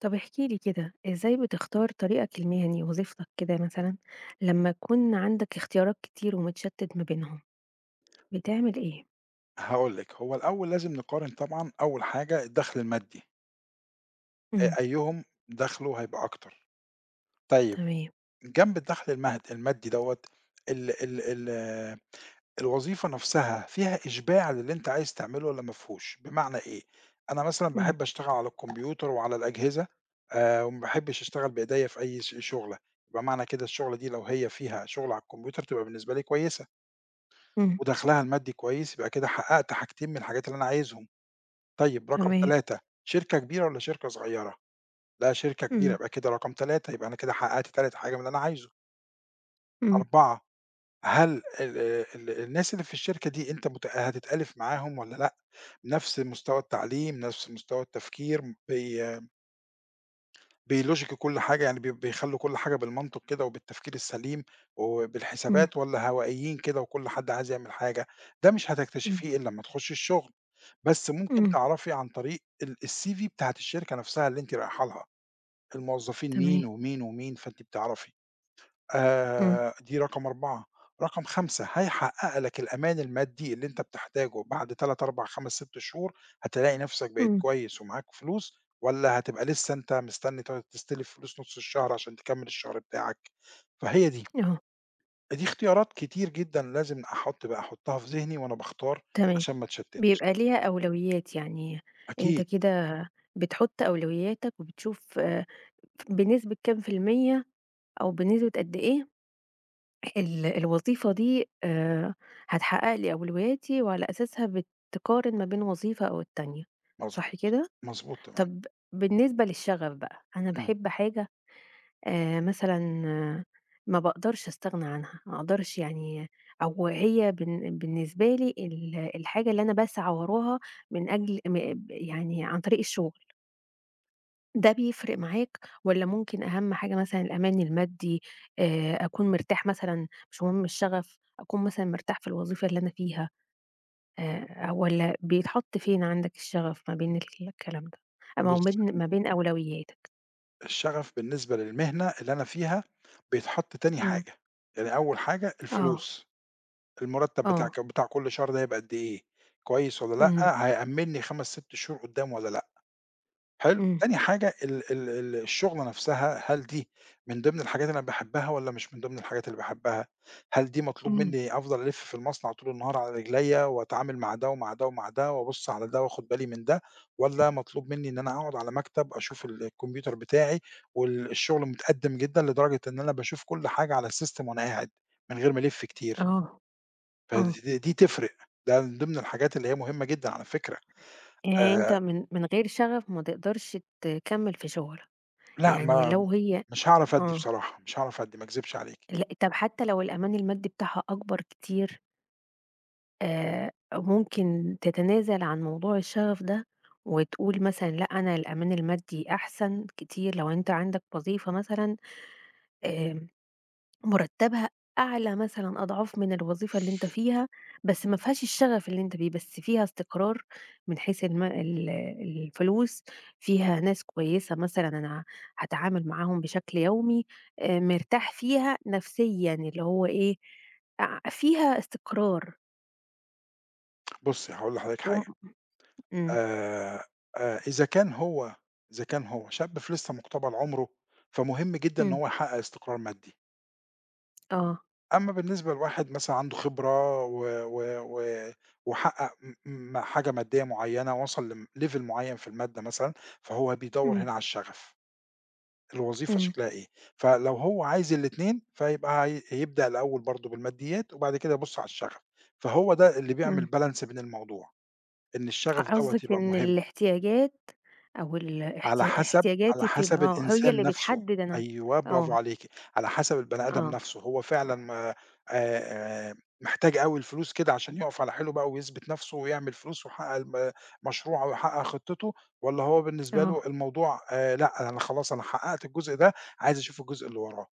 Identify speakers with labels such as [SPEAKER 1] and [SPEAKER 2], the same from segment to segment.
[SPEAKER 1] طب احكِ لي كده، إزاي بتختار طريقك المهني، وظيفتك كده مثلًا، لمّا يكون عندك اختيارات كتير ومتشتت ما بينهم، بتعمل إيه؟
[SPEAKER 2] هاقول لِك، هو الأول لازم نقارن طبعًا أول حاجة الدخْل المادي،
[SPEAKER 1] إمم.
[SPEAKER 2] أيهم دخْله هيبقى أكتر. طيب
[SPEAKER 1] تمام.
[SPEAKER 2] جنب الدخْل المادي دوّة ال ال ال الوظيفة نَفْسها فيها إشباع للي أنت عايز تعمله والّا ما فيهوش؟ بمعنى إيه، أنا مثلًا
[SPEAKER 1] إمم.
[SPEAKER 2] باحب أشتغل على الكمبيوتر وعلى الأجهزة، وما باحبش أشتغل بإيديّا في أي شُغلة، يبقى معنى كده الشُغلة دي لو هي فيها شُغل على الكمبيوتر تبقى بالنسبة لي كويسة
[SPEAKER 1] إمم.
[SPEAKER 2] ودخْلها المادي كويس، يبقى كده حقّقت حاجتين من الحاجات اللي أنا عايزهم. طيب رقم
[SPEAKER 1] تمام.
[SPEAKER 2] 3، شركة كبيرة والّا شركة صغيرة؟ لأ شركة كبيرة،
[SPEAKER 1] إمم.
[SPEAKER 2] يبقى كده رقم 3 يبقى أنا كده حققت تالت حاجة من اللي أنا عايزه.
[SPEAKER 1] إمم.
[SPEAKER 2] 4، هل ال ال الناس اللي في الشركة دي أنت هتتألف معاهم والّا لأ؟ نفس مستوى التعليم، نفس مستوى التفكير، بي بيlogic كل حاجة، يعني بيخلّوا كل حاجة بالمنطق كده وبالتفكير السليم
[SPEAKER 1] إمم.
[SPEAKER 2] وبالحسابات، والّا هوائيين كده وكل حد عايز يعمل حاجة؟ ده مش
[SPEAKER 1] إمم.
[SPEAKER 2] هتكتشفيه إلا لمّا تخشي الشغل، بس ممكن
[SPEAKER 1] إمم.
[SPEAKER 2] تعرفي عن طريق الCV بتاعة الشركة نفسها اللي أنتِ رايحة لها. الموظفين
[SPEAKER 1] تمام.
[SPEAKER 2] مين ومين ومين، فأنتِ بتعرفي.
[SPEAKER 1] إمم.
[SPEAKER 2] دي رقم 4، رقم 5 هيحقق لك الأمان المادي اللي أنت بتحتاجه بعد 3، 4، 5، 6 شهور، هتلاقي نفسك بقيت
[SPEAKER 1] إمم.
[SPEAKER 2] كويس ومعاك فلوس، والّا هتبقى لسه أنت مستني تستلف فلوس نُص الشهر عشان تكمّل الشهر بتاعك؟ فهي دي،
[SPEAKER 1] آه.
[SPEAKER 2] دي اختيارات كتير جدًا لازم أحطها في ذهني وأنا باختار
[SPEAKER 1] تمام.
[SPEAKER 2] عشان ما اتشتتش.
[SPEAKER 1] بيبقى ليها أولويات يعني، أنت
[SPEAKER 2] أكيد،
[SPEAKER 1] كده بتحط أولوياتك وبتشوف بنسبة كام في المِيّة أو بنسبة قد إيه الوظيفة دي هتحقق لي أولوياتي، وعلى أساسها بتقارن ما بين وظيفة أو التانية، صح
[SPEAKER 2] مضبوط،
[SPEAKER 1] كده؟
[SPEAKER 2] مضبوط تمام.
[SPEAKER 1] طب بالنسبة للشغف بقى، أنا
[SPEAKER 2] إمم،
[SPEAKER 1] باحب حاجة مثلًا، ما باقدرش أستغنى عنها، ما أقدرش يعني، أو هي بالنسبة لي الحاجة اللي أنا باسعى وراها من أجل يعني عن طريق الشغل. ده بيفرق معاك، والّا ممكن أهم حاجة مثلًا الأمان المادي؟ أكون مرتاح مثلًا، مش مهم الشغف، أكون مثلًا مرتاح في الوظيفة اللي أنا فيها، والّا بيتحط فين عندك الشغف ما بين الكلام ده؟ أو ما هو
[SPEAKER 2] بُص،
[SPEAKER 1] بين ما بين أولوياتك.
[SPEAKER 2] الشغف بالنسبة للمهنة اللي أنا فيها بيتحط تاني
[SPEAKER 1] إمم.
[SPEAKER 2] حاجة، يعني أول حاجة
[SPEAKER 1] آه.
[SPEAKER 2] الفلوس، المرتب
[SPEAKER 1] آه.
[SPEAKER 2] بتاع كل شهر ده هيبقى قد إيه، كويس والّا
[SPEAKER 1] إمم.
[SPEAKER 2] لأ، هيأمّنني 5، 6 شهور قدّام والّا لأ. حلو،
[SPEAKER 1] إمم.
[SPEAKER 2] تاني حاجة ال ال ال الشُغلة نَفْسها، هل دي من ضمن الحاجات اللي أنا باحبها والّا مش من ضمن الحاجات اللي باحبها؟ هل دي مطلوب
[SPEAKER 1] إمم.
[SPEAKER 2] منّي أفضل ألِف في المصنع طول النهار على رجليّا وأتعامل مع ده ومع ده ومع ده وأبُص على ده وآخُد بالي من ده، والّا مطلوب منّي إن أنا أقعُد على مكتب أشوف الكمبيوتر بتاعي الشُغل متقدِّم جدًا لدرجة إن أنا باشوف كل حاجة على الsystem وأنا قاعد من غير ما ألِف كتير،
[SPEAKER 1] آه.
[SPEAKER 2] فد
[SPEAKER 1] آه.
[SPEAKER 2] دي تفرق، ده من ضمن الحاجات اللي هي مهمة جدًا على فكرة.
[SPEAKER 1] يعني أنت
[SPEAKER 2] آآ
[SPEAKER 1] من غير شغف ما تقدرش تكمّل في شغلك،
[SPEAKER 2] لأ،
[SPEAKER 1] يعني
[SPEAKER 2] ما
[SPEAKER 1] لو هي،
[SPEAKER 2] مش هاعرف أدّي
[SPEAKER 1] آه،
[SPEAKER 2] بصراحة، مش هاعرف أدّي ما أكذبش عليكِ.
[SPEAKER 1] طب حتى لو الأمان المادي بتاعها أكبر كتير؟ ممكن تتنازل عن موضوع الشغف ده، وتقول مثلًا لأ، أنا الأمان المادي أحسن كتير. لو أنت عندك وظيفة مثلًا آآ، مرتبها أعلى مثلًا أضعاف من الوظيفة اللي أنت فيها، بس ما فيهاش الشغف اللي أنت بيه، بس فيها استقرار من حيث الم ال الفلوس، فيها ناس كويسة مثلًا أنا هاتعامل معاهم بشكل يومي، مرتاح فيها نفسيًا اللي هو إيه، فيها استقرار
[SPEAKER 2] بُصّي، هاقول لحضرتِك
[SPEAKER 1] وم
[SPEAKER 2] حاجة،
[SPEAKER 1] إمم.
[SPEAKER 2] آآ آآ إذا كان هو إذا كان هو شاب في لسه مُقتبل عُمره، فمهم جدًا إن
[SPEAKER 1] إمم.
[SPEAKER 2] هو يحقق استقرار مادي.
[SPEAKER 1] آه.
[SPEAKER 2] أمّا بالنسبة لواحد مثلًا عنده خبرة و و و وحقق م م حاجة مادية معيّنة، وصل لم level معيّن في المادة مثلًا، فهو بيدوّر
[SPEAKER 1] إمم.
[SPEAKER 2] هنا على الشغف. الوظيفة
[SPEAKER 1] إمم.
[SPEAKER 2] شكلها إيه، فلو هو عايز الاتنين فيبقى هيبدأ الأول برضه بالماديات وبعد كده يبُص على الشغف، فهو ده اللي
[SPEAKER 1] إمم.
[SPEAKER 2] بيعمل balance بين الموضوع، إن
[SPEAKER 1] ق
[SPEAKER 2] الشغف دوّة
[SPEAKER 1] قصدِك
[SPEAKER 2] يبقى
[SPEAKER 1] إن
[SPEAKER 2] مهم،
[SPEAKER 1] الاحتياجات أو ال
[SPEAKER 2] على
[SPEAKER 1] احتيا
[SPEAKER 2] حسب على
[SPEAKER 1] احتياجاتي في ال
[SPEAKER 2] حسب
[SPEAKER 1] آه، هي
[SPEAKER 2] الإنسان
[SPEAKER 1] اللي
[SPEAKER 2] نَفْسه،
[SPEAKER 1] بتحدد أنا.
[SPEAKER 2] أيوه برافو
[SPEAKER 1] آه.
[SPEAKER 2] عليكِ، على حسب البني آدم
[SPEAKER 1] آه.
[SPEAKER 2] نَفْسه، هو فعلًا م آآ محتاج أوي الفلوس كده عشان يُقف على حيله بقى ويثبت نَفْسه ويعمل فلوس ويحقق مشروعه ويحقق خطته، والّا هو بالنسبة له
[SPEAKER 1] آه.
[SPEAKER 2] الموضوع لأ، أنا خلاص أنا حققت الجزء ده، عايز أشوف الجزء اللي وراه.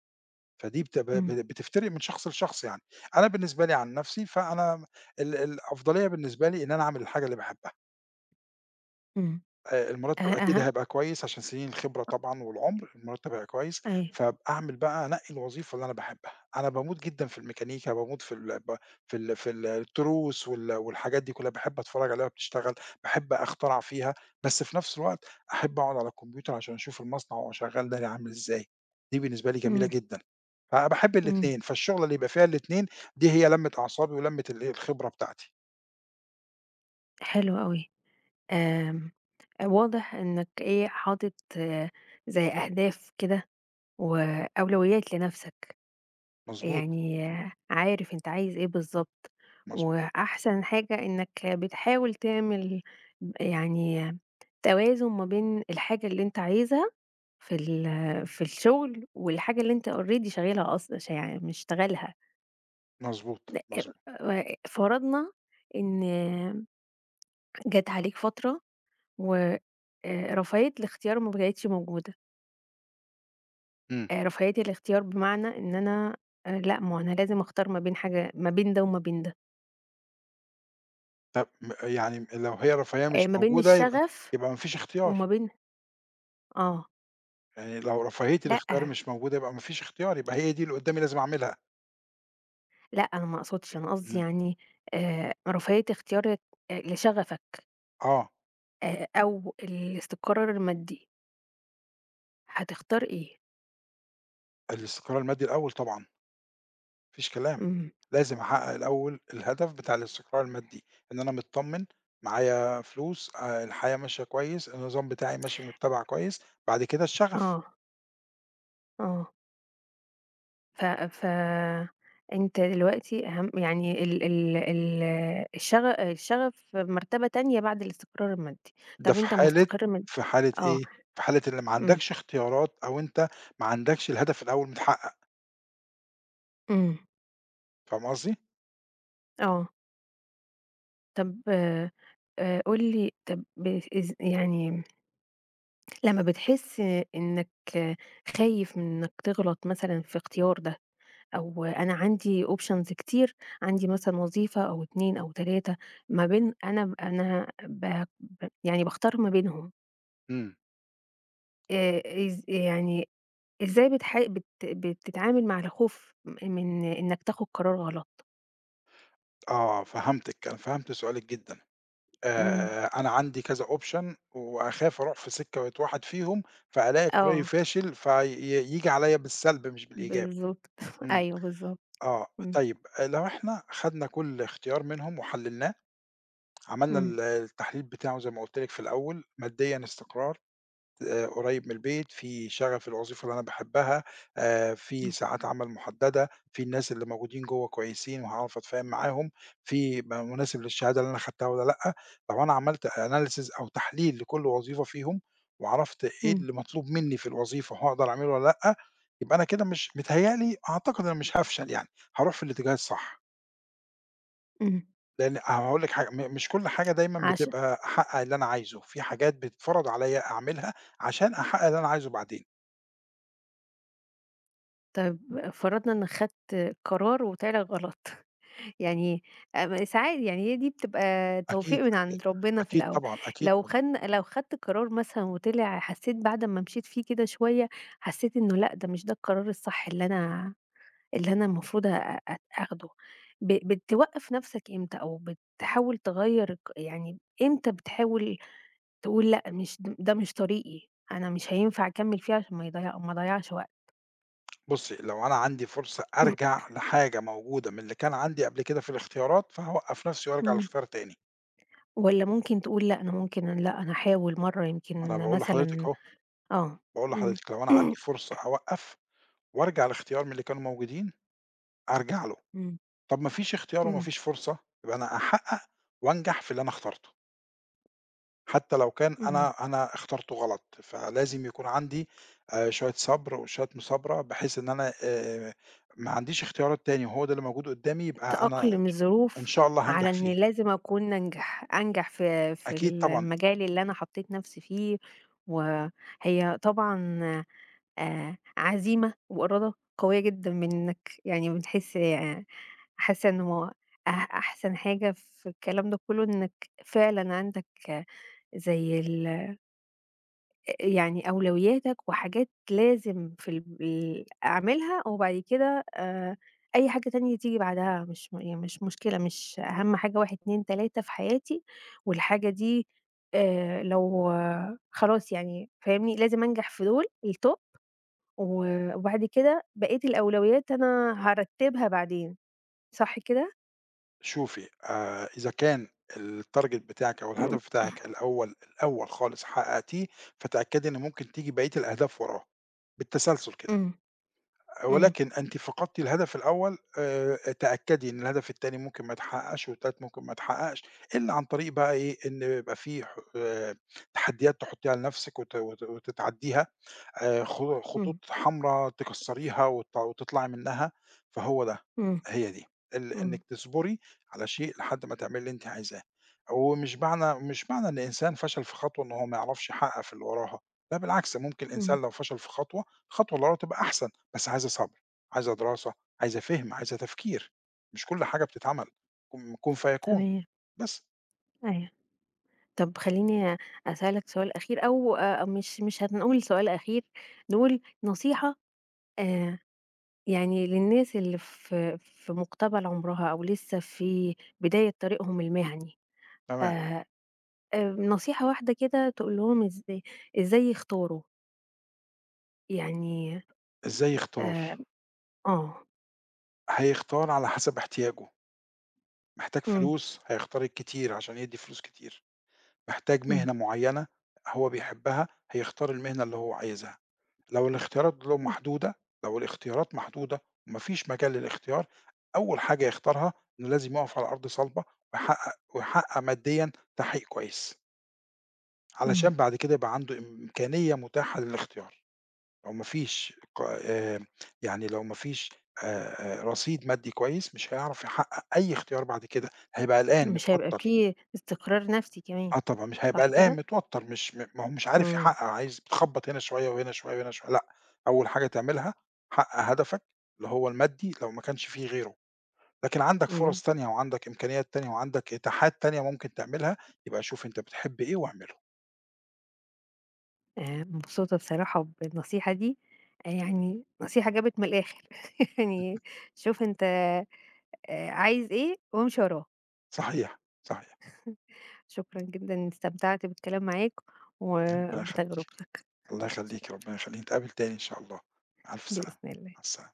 [SPEAKER 2] فدي بت ب ب
[SPEAKER 1] إمم.
[SPEAKER 2] بتفترق من شخص لشخص يعني. أنا بالنسبة لي عن نفسي، فأنا الأفضلية بالنسبة لي إن أنا أعمل الحاجة اللي باحبها.
[SPEAKER 1] إمم. أه.
[SPEAKER 2] المرتّب أكيد
[SPEAKER 1] أها.
[SPEAKER 2] هيبقى كويس عشان سنين الخبرة طبعًا والعُمر، المرتّب هيبقى كويس،
[SPEAKER 1] أيوه.
[SPEAKER 2] فأعمل بقى أنقّي الوظيفة اللي أنا باحبها، أنا باموت جدًا في الميكانيكا، باموت في ال ب في ال في التروس وال والحاجات دي كلّها، باحب أتفرّج عليها وهي بتشتغل، باحب أخترع فيها، بس في نفس الوقت أحب أقعد على الكمبيوتر عشان أشوف المصنع وهو شغّال ده عامل إزاي، دي بالنسبة لي جميلة
[SPEAKER 1] إمم.
[SPEAKER 2] جدًا، فباحب
[SPEAKER 1] إمم.
[SPEAKER 2] الاتنين، فالشُغلة اللي يبقى فيها الاتنين دي هي لمّة أعصابي ولمّة الإيه، الخبرة بتاعتي.
[SPEAKER 1] حلو أوي. آمم، واضح إنك إيه، حاطط زي أهداف كده وأولويات لنفسك.
[SPEAKER 2] مضبوط،
[SPEAKER 1] يعني عارف أنت عايز إيه بالضبط،
[SPEAKER 2] مض
[SPEAKER 1] وأحسن حاجة إنك بتحاول تعمل يعني توازن ما بين الحاجة اللي أنت عايزها في ال في الشغل، والحاجة اللي أنت already شغالها أصلًا يعني مشتغلها.
[SPEAKER 2] مضبوط،
[SPEAKER 1] أ
[SPEAKER 2] مضبوط.
[SPEAKER 1] و فرضنا إن جات عليك فترة و رفاهية الاختيار ما بقتش موجودة.
[SPEAKER 2] إمم.
[SPEAKER 1] رفاهية الاختيار بمعنى إن أنا، لأ، ما هو أنا لازم أختار ما بين حاجة، ما بين ده وما بين ده،
[SPEAKER 2] طب م يعني لو هي الرفاهية مش
[SPEAKER 1] ما بين
[SPEAKER 2] موجودة يبقى
[SPEAKER 1] الشغف
[SPEAKER 2] ما فيش
[SPEAKER 1] وما
[SPEAKER 2] اختيار،
[SPEAKER 1] بين، آه،
[SPEAKER 2] يعني لو رفاهية
[SPEAKER 1] لأ،
[SPEAKER 2] الاختيار مش موجودة يبقى ما فيش اختيار، يبقى هي دي اللي قدّامي لازم أعملها.
[SPEAKER 1] لأ، أنا ما أقصدش، أنا قصدي
[SPEAKER 2] إمم.
[SPEAKER 1] يعني رفاهية اختيارك لشغفك،
[SPEAKER 2] آه،
[SPEAKER 1] أو الاستقرار المادي، هتختار إيه؟
[SPEAKER 2] الاستقرار المادي الأول طبعًا، ما فيش كلام،
[SPEAKER 1] إمم.
[SPEAKER 2] لازم أحقق الأول الهدف بتاع الاستقرار المادي، إن أنا متطمن، معايا فلوس، الحياة ماشية كويس، النظام بتاعي ماشي مُتّبع كويس، بعد كده الشغف،
[SPEAKER 1] آه. آه. ف ف أنت دلوقتي أهم يعني ال ال ال الشغ الشغف مرتبة تانية بعد الاستقرار المادي.
[SPEAKER 2] ده
[SPEAKER 1] طَب
[SPEAKER 2] في
[SPEAKER 1] أنت
[SPEAKER 2] حالة،
[SPEAKER 1] مستقر.
[SPEAKER 2] في حالة
[SPEAKER 1] آه.
[SPEAKER 2] إيه، في حالة اللي ما
[SPEAKER 1] إمم.
[SPEAKER 2] عندكش اختيارات أو أنت ما عندكش الهدف الأول متحقق،
[SPEAKER 1] إمم.
[SPEAKER 2] فاهم قصدي؟
[SPEAKER 1] آه. طَب قُل لي طَب، يعني لمّا بتحس إنك خايف من إنك تغلط مثلًا في اختيار ده، أو أنا عندي options كتير، عندي مثلًا وظيفة أو 2 أو 3 ما بين أنا ب أنا ب ب يعني باختار ما بينهم.
[SPEAKER 2] إمم.
[SPEAKER 1] يعني إزاي بتح بت بتتعامل مع الخوف من إنك تاخد قرار غلط؟
[SPEAKER 2] آه، فهمتِك، أنا فهمت سؤالِك جدًا.
[SPEAKER 1] إمم.
[SPEAKER 2] أنا عندي كذا option وأخاف أروح في سكة وأتوحد فيهم، فألاقي قراري
[SPEAKER 1] آه.
[SPEAKER 2] فاشل في ي ييجي عليّا بالسلب مش بالإيجاب.
[SPEAKER 1] بالضبط.
[SPEAKER 2] إمم.
[SPEAKER 1] أيوه بالضبط.
[SPEAKER 2] آه.
[SPEAKER 1] إمم.
[SPEAKER 2] طيب آه، لو إحنا خدنا كل اختيار منهم وحللناه، عملنا
[SPEAKER 1] إمم.
[SPEAKER 2] التحليل بتاعه زي ما قُلت لِك في الأول، ماديًا استقرار، قريب من البيت، في شغف الوظيفة اللي أنا باحبها، في
[SPEAKER 1] إمم.
[SPEAKER 2] ساعات عمل محددة، في الناس اللي موجودين جوّه كويسين وهاعرف أتفاهم معاهم، في مناسب للشهادة اللي أنا خدتها والّا لأ، لو أنا عملت analysis أو تحليل لكل وظيفة فيهم، وعرفت إيه
[SPEAKER 1] إمم.
[SPEAKER 2] اللي مطلوب مني في الوظيفة وهاقدر أعمله والّا لأ، يبقى أنا كده مش متهيأ لي، أعتقد أنا مش هافشل يعني، هاروح في الاتجاه الصح،
[SPEAKER 1] إمم.
[SPEAKER 2] لإن هاقول لِك حاجة، مش كل حاجة دايمًا
[SPEAKER 1] عشان.
[SPEAKER 2] بتبقى أحقق اللي أنا عايزه، في حاجات بتتفرض عليَّ أعملها عشان أحقق اللي أنا عايزه بعدين.
[SPEAKER 1] طب فرضنا إنك خدت قرار وطلع غلط. يعني ساعات، يعني هي دي بتبقى توفيق
[SPEAKER 2] أكيد،
[SPEAKER 1] من
[SPEAKER 2] أكيد،
[SPEAKER 1] عند ربنا في
[SPEAKER 2] أكيد
[SPEAKER 1] الأول.
[SPEAKER 2] طبعًا، أكيد طبعًا.
[SPEAKER 1] لو خدت قرار مثلًا وطلع، حسيت بعد ما مشيت فيه كده شوية، حسيت إنه لأ، ده مش ده القرار الصح اللي أنا المفروض أ أ آخده، بتوقّف نفْسك إمتى؟ أو بتحاول تغيّر يعني إمتى بتحاول تقول لأ، مش ده مش طريقي، أنا مش هينفع أكمّل فيه عشان ما اضيّعش وقت؟
[SPEAKER 2] بُصّي، لو أنا عندي فرصة أرجع لحاجة موجودة من اللي كان عندي قبل كده في الاختيارات، فهاوقّف نفسي وارجع
[SPEAKER 1] إمم.
[SPEAKER 2] لاختيار تاني.
[SPEAKER 1] والّا ممكن تقول لأ، أنا ممكن لأ أنا هاحاول مرّة
[SPEAKER 2] أنا
[SPEAKER 1] يمكن
[SPEAKER 2] باقول لحضرتِك
[SPEAKER 1] مثلًا؟
[SPEAKER 2] أهو،
[SPEAKER 1] آه.
[SPEAKER 2] باقول
[SPEAKER 1] إمم.
[SPEAKER 2] لحضرتِك لو أنا عندي فرصة أوقّف وارجع لاختيار من اللي كانوا موجودين، أرجع له.
[SPEAKER 1] إمم.
[SPEAKER 2] طب ما فيش اختيار وما
[SPEAKER 1] إمم.
[SPEAKER 2] فيش فرصة، يبقى أنا أحقق وانجح في اللي أنا اخترته. حتى لو كان
[SPEAKER 1] إمم.
[SPEAKER 2] أنا اخترته غلط، فلازم يكون عندي شوية صبر وشوية مثابرة بحيث إن أنا ما عنديش اختيارات تاني وهو ده اللي موجود قدّامي، يبقى أنا
[SPEAKER 1] تأقلم
[SPEAKER 2] إن
[SPEAKER 1] الظروف
[SPEAKER 2] شاء الله
[SPEAKER 1] على
[SPEAKER 2] هانجح
[SPEAKER 1] إن
[SPEAKER 2] فيه.
[SPEAKER 1] لازم أكون أنجح في
[SPEAKER 2] أكيد طبعًا.
[SPEAKER 1] المجال اللي أنا حطيت نفسي فيه. وهي طبعًا عزيمة وإرادة قوية جدًا منك، يعني بتحس، حاسة إنه أحسن حاجة في الكلام ده كله إنك فعلًا عندك، زي يعني أولوياتك وحاجات لازم في ال ال أعملها، وبعد كده أي حاجة تانية تيجي بعدها مش يعني مش مشكلة، مش أهم حاجة 1، 2، 3 في حياتي، والحاجة دي لو خلاص يعني فاهمني، لازم أنجح في دول الtop و وبعد كده بقية الأولويات أنا هارتبها بعدين، صح كده؟
[SPEAKER 2] شوفي، إذا كان الtarget بتاعِك أو الهدف بتاعِك الأول الأول خالص حققتيه، فتأكدي إن ممكن تيجي بقية الأهداف وراه، بالتسلسل كده.
[SPEAKER 1] إمم. إمم.
[SPEAKER 2] ولكن أنتِ فقدتِ الهدف الأول، تأكدي إن الهدف التاني ممكن ما يتحققش والتالت ممكن ما يتحققش، إلا عن طريق بقى إيه، إن يبقى في ح تحديات تحطيها لنفسِك وت وت وتتعديها، خ خطوط
[SPEAKER 1] إمم.
[SPEAKER 2] حمرا تكسّريها وتطلعي منها، فهو ده،
[SPEAKER 1] إمم.
[SPEAKER 2] هي دي،
[SPEAKER 1] إمم.
[SPEAKER 2] إنِّك تصبري على شيء لحد ما تعملي اللي أنتِ عايزاه، ومش معنى مش معنى إن إنسان فشل في خطوة إن هو ما يعرفش يحقق في اللي وراها، لا بالعكس ممكن
[SPEAKER 1] إمم.
[SPEAKER 2] الإنسان لو فشل في خطوة، الخطوة اللي وراها تبقى أحسن، بس عايزة صبر، عايزة دراسة، عايزة فِهم، عايزة تفكير، مش كل حاجة بتتعمل، كن فيكون،
[SPEAKER 1] تمام.
[SPEAKER 2] بس.
[SPEAKER 1] أيوه. طب خلّيني أسألك سؤال أخير، أو مش هنقول سؤال أخير، نقول نصيحة، آآ يعني للناس اللي في مقتبل عمرها أو لسه في بداية طريقهم المهني،
[SPEAKER 2] تمام،
[SPEAKER 1] آآ نصيحة واحدة كده تقول لهم إزاي يختاروا، يعني
[SPEAKER 2] إزاي يختار؟
[SPEAKER 1] آآ آه،
[SPEAKER 2] هيختار على حسب احتياجه. محتاج
[SPEAKER 1] إمم.
[SPEAKER 2] فلوس هيختار الكتير عشان يدّي فلوس كتير، محتاج
[SPEAKER 1] إمم.
[SPEAKER 2] مهنة معيّنة هو بيحبها هيختار المهنة اللي هو عايزها، لو الاختيارات له
[SPEAKER 1] إمم.
[SPEAKER 2] محدودة لو الاختيارات محدودة وما فيش مجال للاختيار، أول حاجة يختارها إنه لازم يقف على أرض صلبة ويحقق ماديًا تحقيق كويس، علشان
[SPEAKER 1] إمم.
[SPEAKER 2] بعد كده يبقى عنده إمكانية متاحة للاختيار، لو ما فيش يعني لو ما فيش رصيد مادي كويس مش هيعرف يحقق أي اختيار بعد كده، هيبقى قلقان
[SPEAKER 1] مش هيبقى
[SPEAKER 2] متوتر.
[SPEAKER 1] في استقرار نفسي كمان،
[SPEAKER 2] آه طبعًا، مش هيبقى
[SPEAKER 1] صح
[SPEAKER 2] قلقان
[SPEAKER 1] كده؟
[SPEAKER 2] متوتّر، مش م ما هو مش عارف
[SPEAKER 1] إمم.
[SPEAKER 2] يحقق، عايز بتخبّط هنا شوية وهنا شوية وهنا شوية، لأ، أول حاجة تعملها حقق هدفك اللي هو المادي لو ما كانش في غيره، لكن عندك
[SPEAKER 1] إمم.
[SPEAKER 2] فرص تانية وعندك إمكانيات تانية وعندك إتاحات تانية ممكن تعملها، يبقى شوف أنت بتحب إيه واعمله.
[SPEAKER 1] مبسوطة بصراحة بالنصيحة دي، يعني نصيحة جابت من الآخر. يعني شوف أنت عايز إيه وامشي وراه.
[SPEAKER 2] صحيح، صحيح،
[SPEAKER 1] شكرًا جدًا، استمتعت بالكلام معاك
[SPEAKER 2] ربنا يخلّيكِ،
[SPEAKER 1] وبتجربتك.
[SPEAKER 2] الله
[SPEAKER 1] شكرًا.
[SPEAKER 2] يخلّيكِ، ربنا يخلّيكِ، نتقابل تاني إن شاء الله، مع ألف سلامة،
[SPEAKER 1] بإذن الله.
[SPEAKER 2] مع السلامة.